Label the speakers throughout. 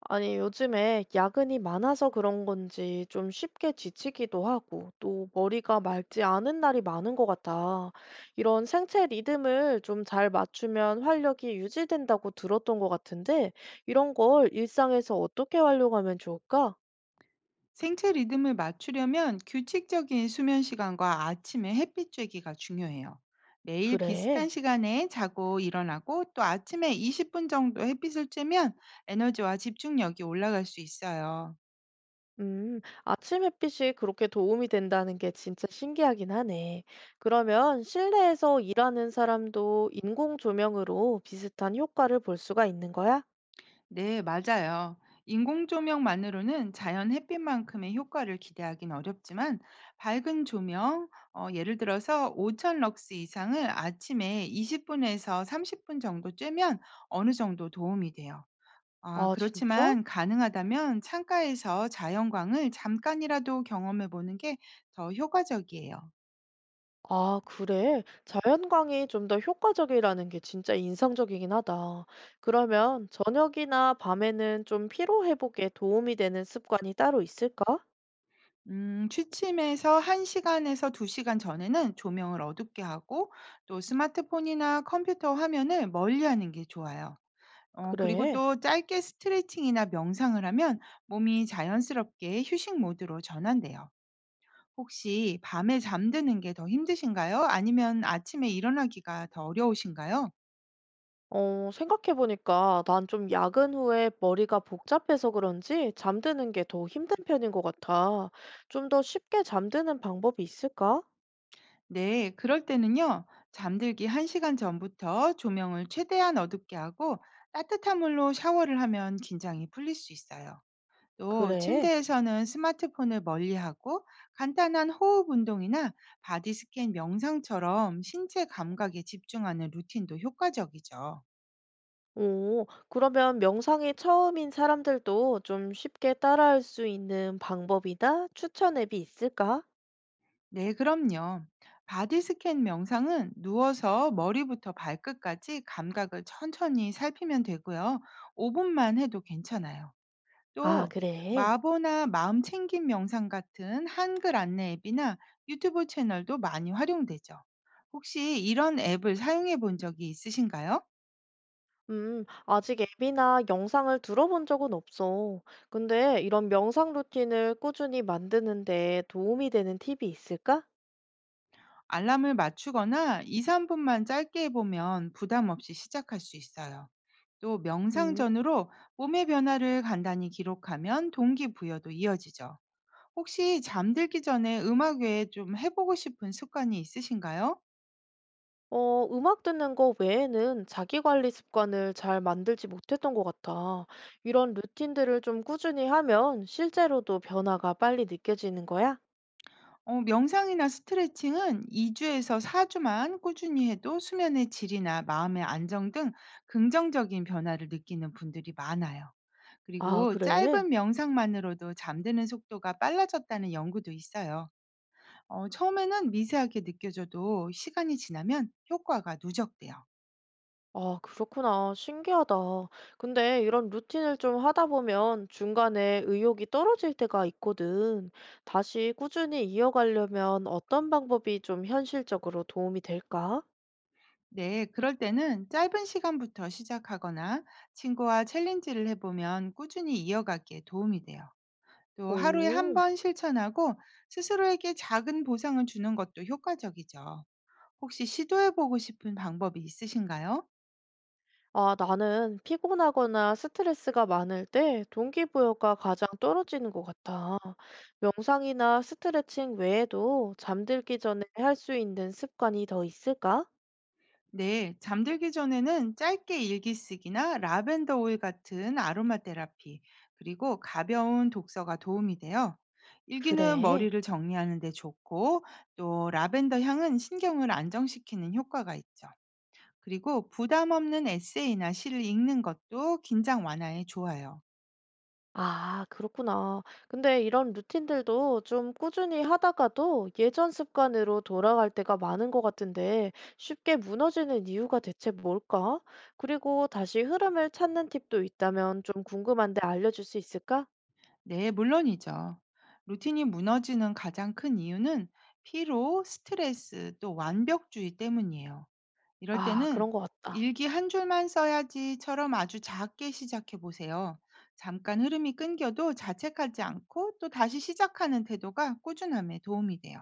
Speaker 1: 아니, 요즘에 야근이 많아서 그런 건지 좀 쉽게 지치기도 하고, 또 머리가 맑지 않은 날이 많은 것 같아. 이런 생체 리듬을 좀 잘 맞추면 활력이 유지된다고 들었던 것 같은데, 이런 걸 일상에서 어떻게 활용하면 좋을까?
Speaker 2: 생체 리듬을 맞추려면 규칙적인 수면 시간과 아침에 햇빛 쬐기가 중요해요. 매일
Speaker 1: 그래.
Speaker 2: 비슷한 시간에 자고 일어나고 또 아침에 20분 정도 햇빛을 쬐면 에너지와 집중력이 올라갈 수 있어요.
Speaker 1: 아침 햇빛이 그렇게 도움이 된다는 게 진짜 신기하긴 하네. 그러면 실내에서 일하는 사람도 인공 조명으로 비슷한 효과를 볼 수가 있는 거야?
Speaker 2: 네, 맞아요. 인공 조명만으로는 자연 햇빛만큼의 효과를 기대하긴 어렵지만 밝은 조명, 예를 들어서 5,000 럭스 이상을 아침에 20분에서 30분 정도 쬐면 어느 정도 도움이 돼요. 아,
Speaker 1: 아, 진짜?
Speaker 2: 그렇지만 가능하다면 창가에서 자연광을 잠깐이라도 경험해 보는 게 더 효과적이에요.
Speaker 1: 아, 그래. 자연광이 좀 더 효과적이라는 게 진짜 인상적이긴 하다. 그러면 저녁이나 밤에는 좀 피로 회복에 도움이 되는 습관이 따로 있을까?
Speaker 2: 취침에서 1시간에서 2시간 전에는 조명을 어둡게 하고 또 스마트폰이나 컴퓨터 화면을 멀리 하는 게 좋아요. 그리고
Speaker 1: 그래.
Speaker 2: 또 짧게 스트레칭이나 명상을 하면 몸이 자연스럽게 휴식 모드로 전환돼요. 혹시 밤에 잠드는 게 더 힘드신가요? 아니면 아침에 일어나기가 더 어려우신가요?
Speaker 1: 생각해보니까 난 좀 야근 후에 머리가 복잡해서 그런지 잠드는 게 더 힘든 편인 것 같아. 좀 더 쉽게 잠드는 방법이 있을까?
Speaker 2: 네, 그럴 때는요, 잠들기 1시간 전부터 조명을 최대한 어둡게 하고 따뜻한 물로 샤워를 하면 긴장이 풀릴 수 있어요. 또
Speaker 1: 그래.
Speaker 2: 침대에서는 스마트폰을 멀리하고 간단한 호흡 운동이나 바디 스캔 명상처럼 신체 감각에 집중하는 루틴도 효과적이죠.
Speaker 1: 오, 그러면 명상이 처음인 사람들도 좀 쉽게 따라할 수 있는 방법이나 추천 앱이 있을까?
Speaker 2: 네, 그럼요. 바디 스캔 명상은 누워서 머리부터 발끝까지 감각을 천천히 살피면 되고요. 5분만 해도 괜찮아요.
Speaker 1: 아,
Speaker 2: 또
Speaker 1: 그래.
Speaker 2: 마보나 마음챙김 명상 같은 한글 안내 앱이나 유튜브 채널도 많이 활용되죠. 혹시 이런 앱을 사용해 본 적이 있으신가요?
Speaker 1: 아직 앱이나 영상을 들어본 적은 없어. 근데 이런 명상 루틴을 꾸준히 만드는데 도움이 되는 팁이 있을까?
Speaker 2: 알람을 맞추거나 2, 3분만 짧게 해보면 부담 없이 시작할 수 있어요. 또 명상
Speaker 1: 음,
Speaker 2: 전으로 몸의 변화를 간단히 기록하면 동기부여도 이어지죠. 혹시 잠들기 전에 음악 외에 좀 해보고 싶은 습관이 있으신가요?
Speaker 1: 음악 듣는 거 외에는 자기 관리 습관을 잘 만들지 못했던 것 같아. 이런 루틴들을 좀 꾸준히 하면 실제로도 변화가 빨리 느껴지는 거야?
Speaker 2: 명상이나 스트레칭은 2주에서 4주만 꾸준히 해도 수면의 질이나 마음의 안정 등 긍정적인 변화를 느끼는 분들이 많아요.
Speaker 1: 아,
Speaker 2: 그리고
Speaker 1: 그래?
Speaker 2: 짧은 명상만으로도 잠드는 속도가 빨라졌다는 연구도 있어요. 처음에는 미세하게 느껴져도 시간이 지나면 효과가 누적돼요.
Speaker 1: 아, 그렇구나. 신기하다. 근데 이런 루틴을 좀 하다 보면 중간에 의욕이 떨어질 때가 있거든. 다시 꾸준히 이어가려면 어떤 방법이 좀 현실적으로 도움이 될까?
Speaker 2: 네, 그럴 때는 짧은 시간부터 시작하거나 친구와 챌린지를 해보면 꾸준히 이어가기에 도움이 돼요. 또 하루에 한
Speaker 1: 오.
Speaker 2: 번 실천하고 스스로에게 작은 보상을 주는 것도 효과적이죠. 혹시 시도해 보고 싶은 방법이 있으신가요?
Speaker 1: 아, 나는 피곤하거나 스트레스가 많을 때 동기부여가 가장 떨어지는 것 같아. 명상이나 스트레칭 외에도 잠들기 전에 할 수 있는 습관이 더 있을까?
Speaker 2: 네, 잠들기 전에는 짧게 일기 쓰기나 라벤더 오일 같은 아로마 테라피, 그리고 가벼운 독서가 도움이 돼요. 일기는
Speaker 1: 그래.
Speaker 2: 머리를 정리하는 데 좋고 또 라벤더 향은 신경을 안정시키는 효과가 있죠. 그리고 부담 없는 에세이나 시를 읽는 것도 긴장 완화에 좋아요.
Speaker 1: 아, 그렇구나. 근데 이런 루틴들도 좀 꾸준히 하다가도 예전 습관으로 돌아갈 때가 많은 것 같은데 쉽게 무너지는 이유가 대체 뭘까? 그리고 다시 흐름을 찾는 팁도 있다면 좀 궁금한데 알려줄 수 있을까?
Speaker 2: 네, 물론이죠. 루틴이 무너지는 가장 큰 이유는 피로, 스트레스, 또 완벽주의 때문이에요. 이럴
Speaker 1: 아,
Speaker 2: 때는
Speaker 1: 그런 것 같다.
Speaker 2: 일기 한 줄만 써야지처럼 아주 작게 시작해 보세요. 잠깐 흐름이 끊겨도 자책하지 않고 또 다시 시작하는 태도가 꾸준함에 도움이 돼요.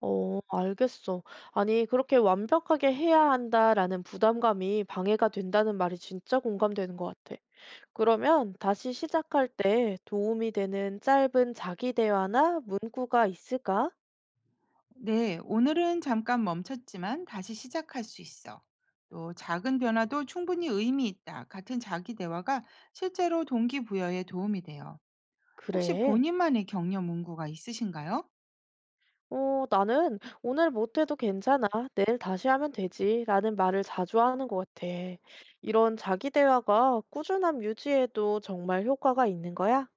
Speaker 1: 알겠어. 아니, 그렇게 완벽하게 해야 한다라는 부담감이 방해가 된다는 말이 진짜 공감되는 것 같아. 그러면 다시 시작할 때 도움이 되는 짧은 자기 대화나 문구가 있을까?
Speaker 2: 네, 오늘은 잠깐 멈췄지만 다시 시작할 수 있어. 또 작은 변화도 충분히 의미 있다. 같은 자기 대화가 실제로 동기부여에 도움이 돼요. 혹시
Speaker 1: 그래.
Speaker 2: 본인만의 격려 문구가 있으신가요?
Speaker 1: 나는 오늘 못해도 괜찮아. 내일 다시 하면 되지. 라는 말을 자주 하는 것 같아. 이런 자기 대화가 꾸준함 유지에도 정말 효과가 있는 거야?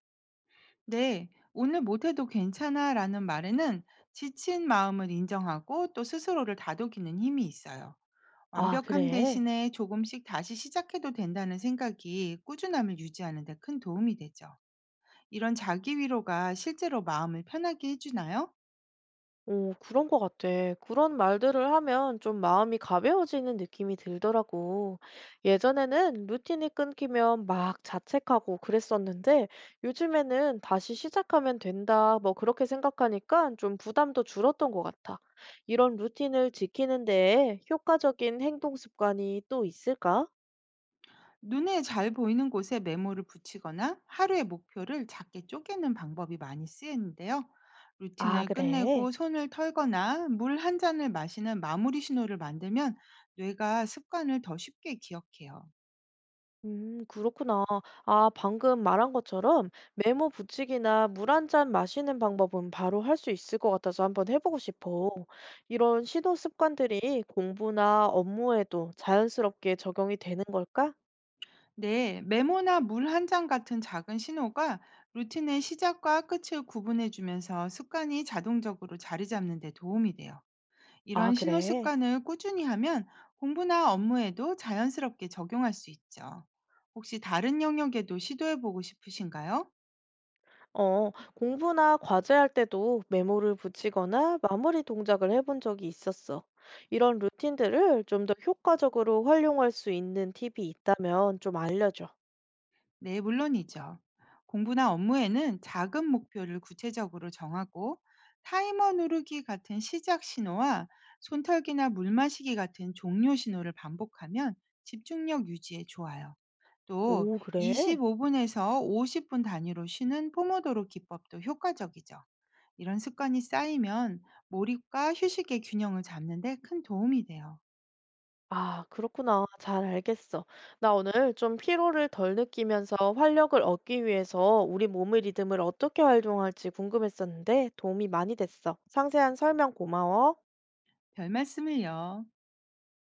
Speaker 2: 네, 오늘 못해도 괜찮아 라는 말에는 지친 마음을 인정하고 또 스스로를 다독이는 힘이 있어요.
Speaker 1: 아,
Speaker 2: 완벽함
Speaker 1: 그래.
Speaker 2: 대신에 조금씩 다시 시작해도 된다는 생각이 꾸준함을 유지하는 데 큰 도움이 되죠. 이런 자기 위로가 실제로 마음을 편하게 해주나요?
Speaker 1: 오, 그런 것 같아. 그런 말들을 하면 좀 마음이 가벼워지는 느낌이 들더라고. 예전에는 루틴이 끊기면 막 자책하고 그랬었는데 요즘에는 다시 시작하면 된다, 뭐 그렇게 생각하니까 좀 부담도 줄었던 것 같아. 이런 루틴을 지키는 데에 효과적인 행동 습관이 또 있을까?
Speaker 2: 눈에 잘 보이는 곳에 메모를 붙이거나 하루의 목표를 작게 쪼개는 방법이 많이 쓰이는데요.
Speaker 1: 아,
Speaker 2: 루틴을
Speaker 1: 그래.
Speaker 2: 끝내고 손을 털거나 물 한 잔을 마시는 마무리 신호를 만들면 뇌가 습관을 더 쉽게 기억해요.
Speaker 1: 그렇구나. 아, 방금 말한 것처럼 메모 붙이기나 물 한잔 마시는 방법은 바로 할 수 있을 것 같아서 한번 해보고 싶어. 이런 시도 습관들이 공부나 업무에도 자연스럽게 적용이 되는 걸까?
Speaker 2: 네, 메모나 물 한 잔 같은 작은 신호가 루틴의 시작과 끝을 구분해 주면서 습관이 자동적으로 자리 잡는 데 도움이 돼요.
Speaker 1: 아,
Speaker 2: 이런 신호
Speaker 1: 그래.
Speaker 2: 습관을 꾸준히 하면 공부나 업무에도 자연스럽게 적용할 수 있죠. 혹시 다른 영역에도 시도해 보고 싶으신가요?
Speaker 1: 공부나 과제할 때도 메모를 붙이거나 마무리 동작을 해본 적이 있었어. 이런 루틴들을 좀 더 효과적으로 활용할 수 있는 팁이 있다면 좀 알려줘.
Speaker 2: 네, 물론이죠. 공부나 업무에는 작은 목표를 구체적으로 정하고 타이머 누르기 같은 시작 신호와 손털기나 물 마시기 같은 종료 신호를 반복하면 집중력 유지에 좋아요. 또
Speaker 1: 오, 그래?
Speaker 2: 25분에서 50분 단위로 쉬는 포모도로 기법도 효과적이죠. 이런 습관이 쌓이면 몰입과 휴식의 균형을 잡는 데 큰 도움이 돼요.
Speaker 1: 아, 그렇구나. 잘 알겠어. 나 오늘 좀 피로를 덜 느끼면서 활력을 얻기 위해서 우리 몸의 리듬을 어떻게 활용할지 궁금했었는데 도움이 많이 됐어. 상세한 설명 고마워.
Speaker 2: 별 말씀을요.